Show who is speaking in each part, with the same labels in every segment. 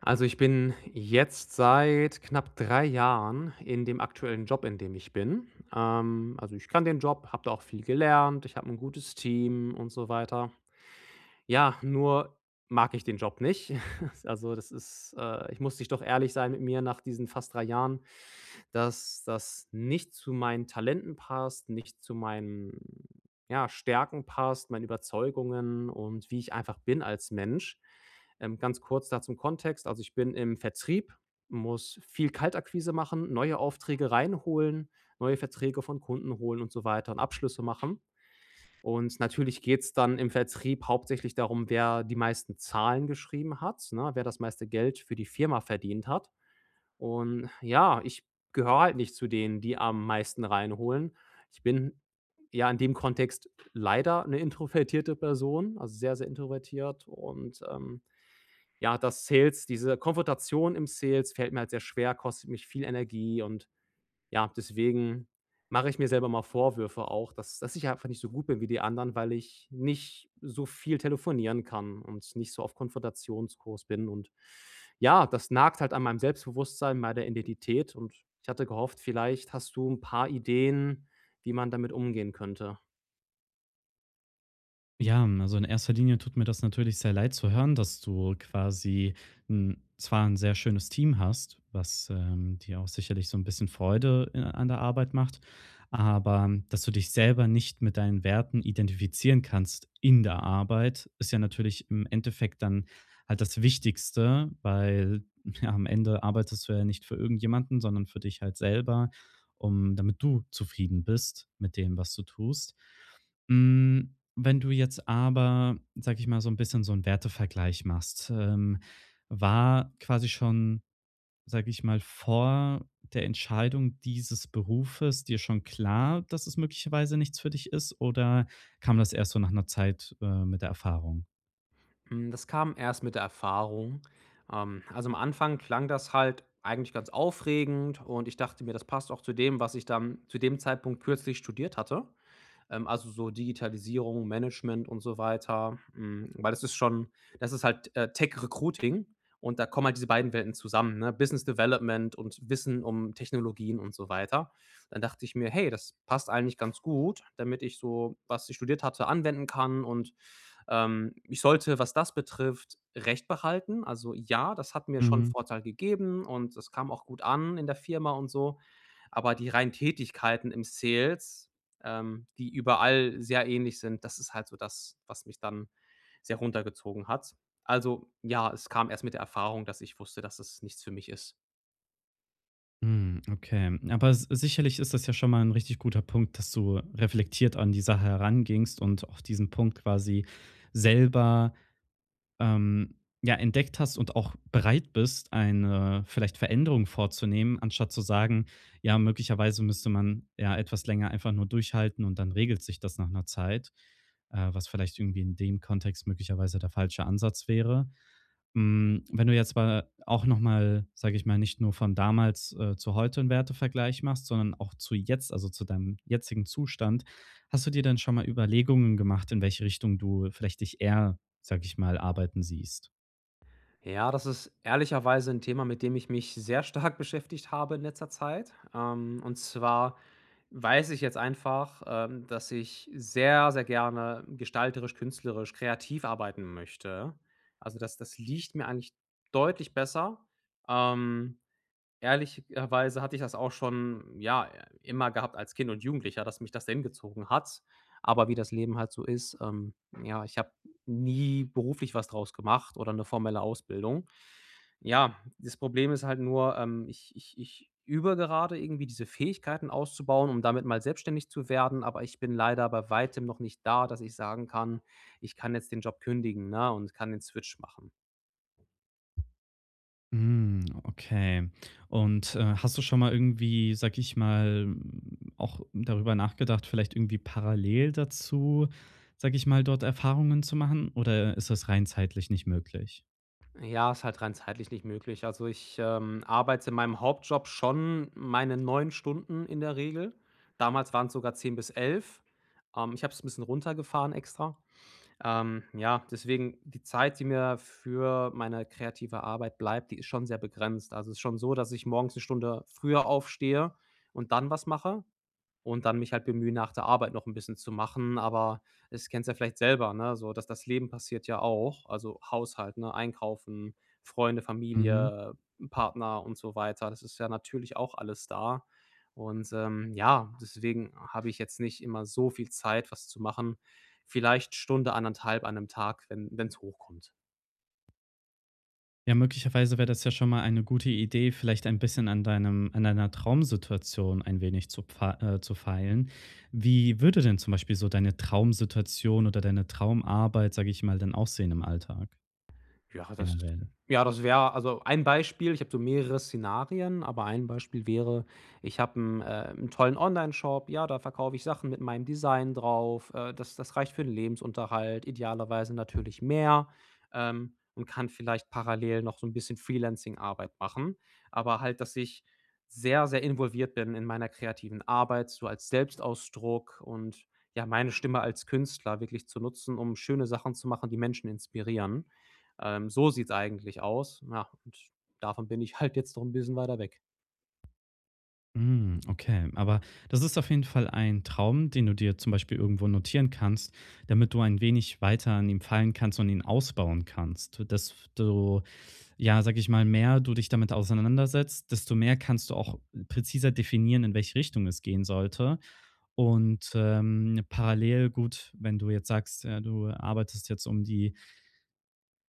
Speaker 1: Also, ich bin jetzt seit knapp 3 Jahren in dem aktuellen Job, in dem ich bin. Also, ich kann den Job, habe da auch viel gelernt, ich habe ein gutes Team und so weiter. Ja, nur mag ich den Job nicht. Also, das ist ich musste ich doch ehrlich sein mit mir nach diesen fast 3 Jahren, dass das nicht zu meinen Talenten passt, nicht zu meinen, ja, Stärken passt, meinen Überzeugungen und wie ich einfach bin als Mensch. Ganz kurz da zum Kontext. Also, ich bin im Vertrieb, muss viel Kaltakquise machen, neue Aufträge reinholen, neue Verträge von Kunden holen und so weiter und Abschlüsse machen. Und natürlich geht's dann im Vertrieb hauptsächlich darum, wer die meisten Zahlen geschrieben hat, ne, wer das meiste Geld für die Firma verdient hat. Und ja, ich gehöre halt nicht zu denen, die am meisten reinholen. Ich bin ja in dem Kontext leider eine introvertierte Person, also sehr, sehr introvertiert und, ja, das Sales diese Konfrontation im Sales fällt mir halt sehr schwer, kostet mich viel Energie und ja, deswegen mache ich mir selber mal Vorwürfe auch, dass ich einfach nicht so gut bin wie die anderen, weil ich nicht so viel telefonieren kann und nicht so auf Konfrontationskurs bin und ja, das nagt halt an meinem Selbstbewusstsein, meiner Identität und ich hatte gehofft, vielleicht hast du ein paar Ideen, wie man damit umgehen könnte.
Speaker 2: Ja, also in erster Linie tut mir das natürlich sehr leid zu hören, dass du quasi 'n zwar ein sehr schönes Team hast, was, dir auch sicherlich so ein bisschen Freude in an der Arbeit macht, aber dass du dich selber nicht mit deinen Werten identifizieren kannst in der Arbeit, ist ja natürlich im Endeffekt dann halt das Wichtigste, weil, ja, am Ende arbeitest du ja nicht für irgendjemanden, sondern für dich halt selber, um damit du zufrieden bist mit dem, was du tust. Hm. Wenn du jetzt aber, sage ich mal, so ein bisschen so einen Wertevergleich machst, war quasi schon, sage ich mal, vor der Entscheidung dieses Berufes dir schon klar, dass es möglicherweise nichts für dich ist, oder kam das erst so nach einer Zeit, mit der Erfahrung?
Speaker 1: Das kam erst mit der Erfahrung. Also, am Anfang klang das halt eigentlich ganz aufregend und ich dachte mir, das passt auch zu dem, was ich dann zu dem Zeitpunkt kürzlich studiert hatte. Also so Digitalisierung, Management und so weiter. Weil das ist halt, Tech Recruiting und da kommen halt diese beiden Welten zusammen, ne? Business Development und Wissen um Technologien und so weiter. Dann dachte ich mir: „Hey, das passt eigentlich ganz gut, damit ich so, was ich studiert hatte, anwenden kann und, ich sollte, was das betrifft, Recht behalten." Also, ja, das hat mir schon
Speaker 2: Mhm.
Speaker 1: Vorteil gegeben und das kam auch gut an in der Firma und so. Aber die reinen Tätigkeiten im Sales, die überall sehr ähnlich sind, das ist halt so das, was mich dann sehr runtergezogen hat. Also ja, es kam erst mit der Erfahrung, dass ich wusste, dass es nichts für mich ist.
Speaker 2: Hm, okay. Aber s sicherlich ist das ja schon mal ein richtig guter Punkt, dass du reflektiert an die Sache herangingst und auch diesen Punkt quasi selber, ähm, ja, entdeckt hast und auch bereit bist, eine vielleicht Veränderung vorzunehmen, anstatt zu sagen, ja, möglicherweise müsste man ja etwas länger einfach nur durchhalten und dann regelt sich das nach einer Zeit, was vielleicht irgendwie in dem Kontext möglicherweise der falsche Ansatz wäre. Hm, wenn du jetzt aber auch noch mal, sage ich mal, nicht nur von damals, zu heute einen Wertevergleich machst, sondern auch zu jetzt, also zu deinem jetzigen Zustand. Hast du dir dann schon mal Überlegungen gemacht, in welche Richtung du vielleicht dich eher, sage ich mal, arbeiten siehst?
Speaker 1: Ja, das ist ehrlicherweise ein Thema, mit dem ich mich sehr stark beschäftigt habe in letzter Zeit. Und zwar weiß ich jetzt einfach, dass ich sehr, sehr gerne gestalterisch, künstlerisch, kreativ arbeiten möchte. Also, das liegt mir eigentlich deutlich besser. Ähm Ehrlicherweise hatte ich das auch schon, ja, immer gehabt als Kind und Jugendlicher, dass mich das dahin gezogen hat. Aber wie das Leben halt so ist, ja, ich habe nie beruflich was draus gemacht oder eine formelle Ausbildung. Ja, das Problem ist halt nur, ich übe gerade irgendwie diese Fähigkeiten auszubauen, um damit mal selbstständig zu werden, aber ich bin leider bei Weitem noch nicht da, dass ich sagen kann: „Ich kann jetzt den Job kündigen, ne, und kann den Switch machen."
Speaker 2: Hm, okay. Und, hast du schon mal irgendwie, sage ich mal, hm, auch darüber nachgedacht, vielleicht irgendwie parallel dazu, sage ich mal, dort Erfahrungen zu machen, oder ist das rein zeitlich nicht möglich?
Speaker 1: Ja, ist halt rein zeitlich nicht möglich. Also ich, arbeite in meinem Hauptjob schon meine 9 Stunden in der Regel. Damals waren es sogar 10 bis 11. Ich habe es ein bisschen runtergefahren extra. Ja, deswegen die Zeit, die mir für meine kreative Arbeit bleibt, die ist schon sehr begrenzt. Also, es ist schon so, dass ich morgens eine Stunde früher aufstehe und dann was mache und dann mich halt bemühen, nach der Arbeit noch ein bisschen zu machen. Aber es kennst ja vielleicht selber, ne, so dass das Leben passiert ja auch, also Haushalt, ne, Einkaufen, Freunde, Familie, Partner und so weiter. Das ist ja natürlich auch alles da. Und, ja, deswegen habe ich jetzt nicht immer so viel Zeit, was zu machen. Vielleicht Stunde, anderthalb an einem Tag, wenn es hochkommt.
Speaker 2: Ja, möglicherweise wäre das ja schon mal eine gute Idee, vielleicht ein bisschen an deinem an deiner Traumsituation ein wenig zu pfei zu feilen. Wie würde denn zum Beispiel so deine Traumsituation oder deine Traumarbeit, sage ich mal, denn aussehen im Alltag
Speaker 1: Ja, das
Speaker 2: generell?
Speaker 1: ja, das wäre also ein Beispiel. Ich habe so mehrere Szenarien, aber ein Beispiel wäre, ich habe einen 'n tollen Onlineshop, ja, da verkaufe ich Sachen mit meinem Design drauf, das reicht für den Lebensunterhalt, idealerweise natürlich mehr, und kann vielleicht parallel noch so ein bisschen Freelancing-Arbeit machen. Aber halt, dass ich sehr, sehr involviert bin in meiner kreativen Arbeit, so als Selbstausdruck und, ja, meine Stimme als Künstler wirklich zu nutzen, um schöne Sachen zu machen, die Menschen inspirieren. So sieht's eigentlich aus. Ja, und davon bin ich halt jetzt noch ein bisschen weiter weg.
Speaker 2: Hm, okay. Aber das ist auf jeden Fall ein Traum, den du dir zum Beispiel irgendwo notieren kannst, damit du ein wenig weiter an ihm fallen kannst und ihn ausbauen kannst, dass du, ja, sag ich mal, mehr du dich damit auseinandersetzt, desto mehr kannst du auch präziser definieren, in welche Richtung es gehen sollte. Und parallel gut, wenn du jetzt sagst, du arbeitest jetzt um die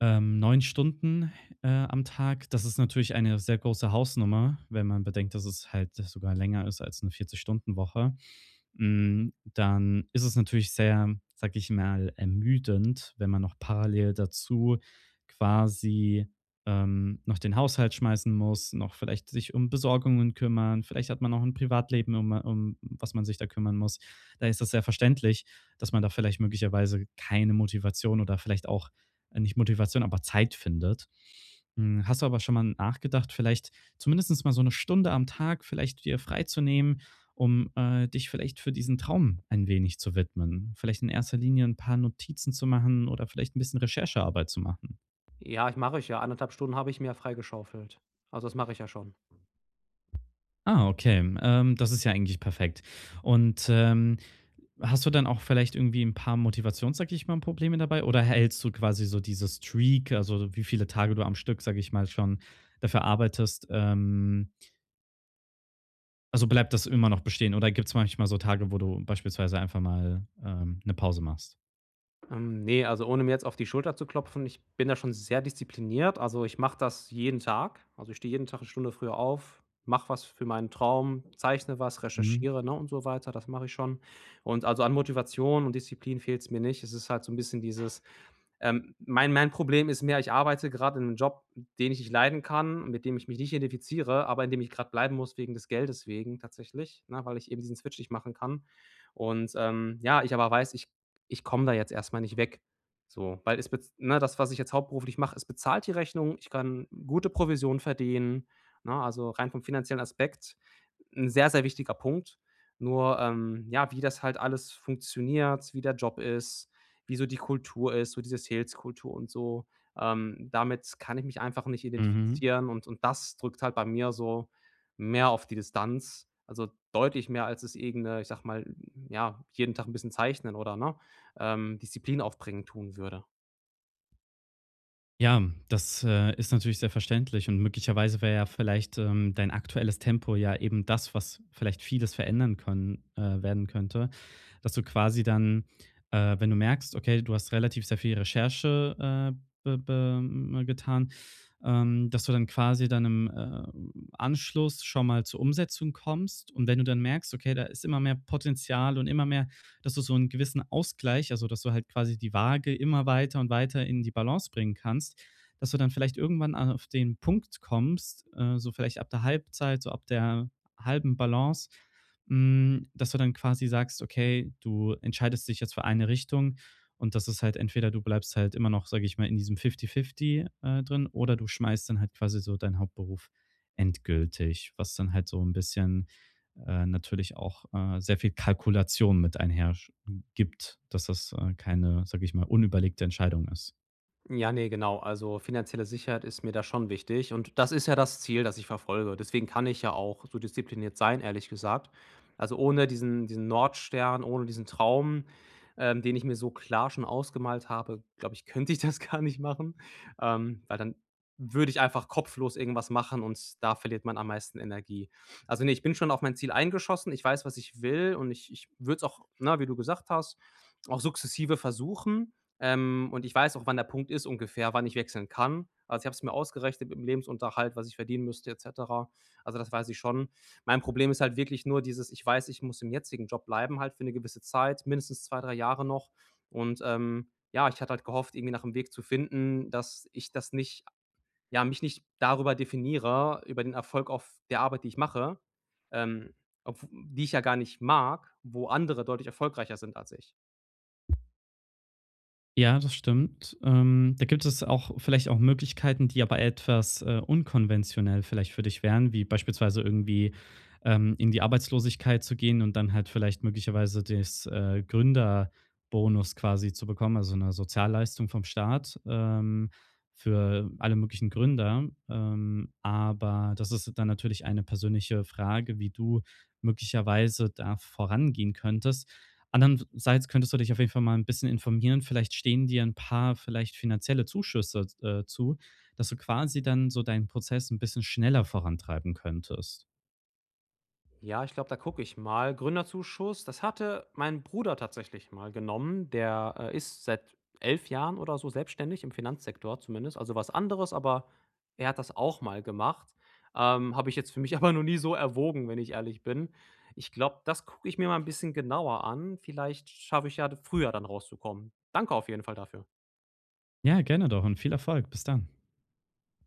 Speaker 2: 9 Stunden am Tag, das ist natürlich eine sehr große Hausnummer, wenn man bedenkt, dass es halt sogar länger ist als eine 40-Stunden-Woche. Hm, dann ist es natürlich sehr, sage ich mal, ermüdend, wenn man noch parallel dazu quasi, noch den Haushalt schmeißen muss, noch vielleicht sich um Besorgungen kümmern. Vielleicht hat man noch ein Privatleben, um was man sich da kümmern muss. Da ist das sehr verständlich, dass man da vielleicht möglicherweise keine Motivation oder vielleicht auch nicht Motivation, aber Zeit findet. Hm, hast du aber schon mal nachgedacht, vielleicht zumindest mal so 1 Stunde am Tag vielleicht dir freizunehmen, um, dich vielleicht für diesen Traum ein wenig zu widmen. Vielleicht in erster Linie ein paar Notizen zu machen oder vielleicht ein bisschen Recherchearbeit zu machen.
Speaker 1: Ja, ich mache ich ja. 1,5 Stunden habe ich mir freigeschaufelt. Also, das mache ich ja schon.
Speaker 2: Ah, okay. Das ist ja eigentlich perfekt. Und, hast du dann auch vielleicht irgendwie ein paar Motivations, sag ich mal, Probleme dabei oder hältst du quasi so diese Streak, also wie viele Tage du am Stück, sag ich mal, schon dafür arbeitest, also bleibt das immer noch bestehen oder gibt es manchmal so Tage, wo du beispielsweise einfach mal, 'ne Pause machst?
Speaker 1: Ne, also ohne mir jetzt auf die Schulter zu klopfen, ich bin da schon sehr diszipliniert. Also, ich mache das jeden Tag. Also, ich stehe jeden Tag eine Stunde früher auf, mache was für meinen Traum, zeichne was,
Speaker 2: Mhm,
Speaker 1: recherchiere, ne, und so weiter. Das mache ich schon. Und also an Motivation und Disziplin fehlt es mir nicht. Es ist halt so ein bisschen dieses, mein Problem ist mehr, ich arbeite gerade in einem Job, den ich nicht leiden kann, mit dem ich mich nicht identifiziere, aber in dem ich gerade bleiben muss wegen des Geldes wegen tatsächlich, ne, weil ich eben diesen Switch nicht machen kann. Und, ja, ich aber weiß, ich komme da jetzt erstmal nicht weg. So, weil es bez ne, das, was ich jetzt hauptberuflich mache, es bezahlt die Rechnung, ich kann gute Provision verdienen, ne? Also, rein vom finanziellen Aspekt ein sehr, sehr wichtiger Punkt. Nur, ja, wie das halt alles funktioniert, wie der Job ist, wie so die Kultur ist, so diese Sales-Kultur und so, damit kann ich mich einfach nicht
Speaker 2: mhm.
Speaker 1: identifizieren und das drückt halt bei mir so mehr auf die Distanz, also, deutlich mehr als es irgend 'ne, ich sag mal, ja, jeden Tag ein bisschen zeichnen oder, ne? Disziplin aufbringen tun würde.
Speaker 2: Ja, das, ist natürlich sehr verständlich und möglicherweise wäre ja vielleicht, dein aktuelles Tempo ja eben das, was vielleicht vieles verändern können werden könnte, dass du quasi dann, wenn du merkst, okay, du hast relativ sehr viel Recherche getan, dass du dann quasi dann im Anschluss schon mal zur Umsetzung kommst. Und wenn du dann merkst, okay, da ist immer mehr Potenzial und immer mehr, dass du so einen gewissen Ausgleich, also dass du halt quasi die Waage immer weiter und weiter in die Balance bringen kannst, dass du dann vielleicht irgendwann auf den Punkt kommst, so vielleicht ab der Halbzeit, so ab der halben Balance, hm, dass du dann quasi sagst, okay, du entscheidest dich jetzt für eine Richtung und das ist halt entweder du bleibst halt immer noch, sage ich mal, in diesem 50-50 drin oder du schmeißt dann halt quasi so deinen Hauptberuf endgültig, was dann halt so ein bisschen, natürlich auch, sehr viel Kalkulation mit einher sch gibt, dass das, keine, sage ich mal, unüberlegte Entscheidung ist.
Speaker 1: Ja, ne, genau. Also, finanzielle Sicherheit ist mir da schon wichtig und das ist ja das Ziel, das ich verfolge. Deswegen kann ich ja auch so diszipliniert sein, ehrlich gesagt. Also, ohne diesen Nordstern, ohne diesen Traum, den ich mir so klar schon ausgemalt habe, glaube ich, könnte ich das gar nicht machen, weil dann würde ich einfach kopflos irgendwas machen und da verliert man am meisten Energie. Also, ne, ich bin schon auf mein Ziel eingeschossen. Ich weiß, was ich will und ich würde es auch, na wie du gesagt hast, auch sukzessive versuchen. Und ich weiß auch, wann der Punkt ist ungefähr, wann ich wechseln kann. Also, ich habe es mir ausgerechnet mit dem Lebensunterhalt, was ich verdienen müsste et cetera. Also, das weiß ich schon. Mein Problem ist halt wirklich nur dieses ich weiß, ich muss im jetzigen Job bleiben halt für eine gewisse Zeit, mindestens 2-3 Jahre noch. Und, ja, ich hatte halt gehofft, irgendwie nach einem Weg zu finden, dass ich das nicht ja, mich nicht darüber definiere, über den Erfolg auf der Arbeit, die ich mache, ähm, obw die ich ja gar nicht mag, wo andere deutlich erfolgreicher sind als ich.
Speaker 2: Ja, das stimmt. Da gibt es auch vielleicht auch Möglichkeiten, die aber etwas, unkonventionell vielleicht für dich wären, wie beispielsweise irgendwie, in die Arbeitslosigkeit zu gehen und dann halt vielleicht möglicherweise das, Gründerbonus quasi zu bekommen, also eine Sozialleistung vom Staat, für alle möglichen Gründer. Aber das ist dann natürlich eine persönliche Frage, wie du möglicherweise da vorangehen könntest. Andererseits könntest du dich auf jeden Fall mal ein bisschen informieren. Vielleicht stehen dir ein paar vielleicht finanzielle Zuschüsse, zu, dass du quasi dann so deinen Prozess ein bisschen schneller vorantreiben könntest.
Speaker 1: Ja, ich glaube, da gucke ich mal. Gründerzuschuss, das hatte mein Bruder tatsächlich mal genommen. Der ist seit 11 Jahren oder so selbstständig im Finanzsektor zumindest. Also was anderes, aber er hat das auch mal gemacht. Habe ich jetzt für mich aber noch nie so erwogen, wenn ich ehrlich bin. Ich glaube, das gucke ich mir mal ein bisschen genauer an. Vielleicht schaffe ich ja früher dann rauszukommen. Danke auf jeden Fall dafür.
Speaker 2: Ja, gerne doch und viel Erfolg. Bis dann.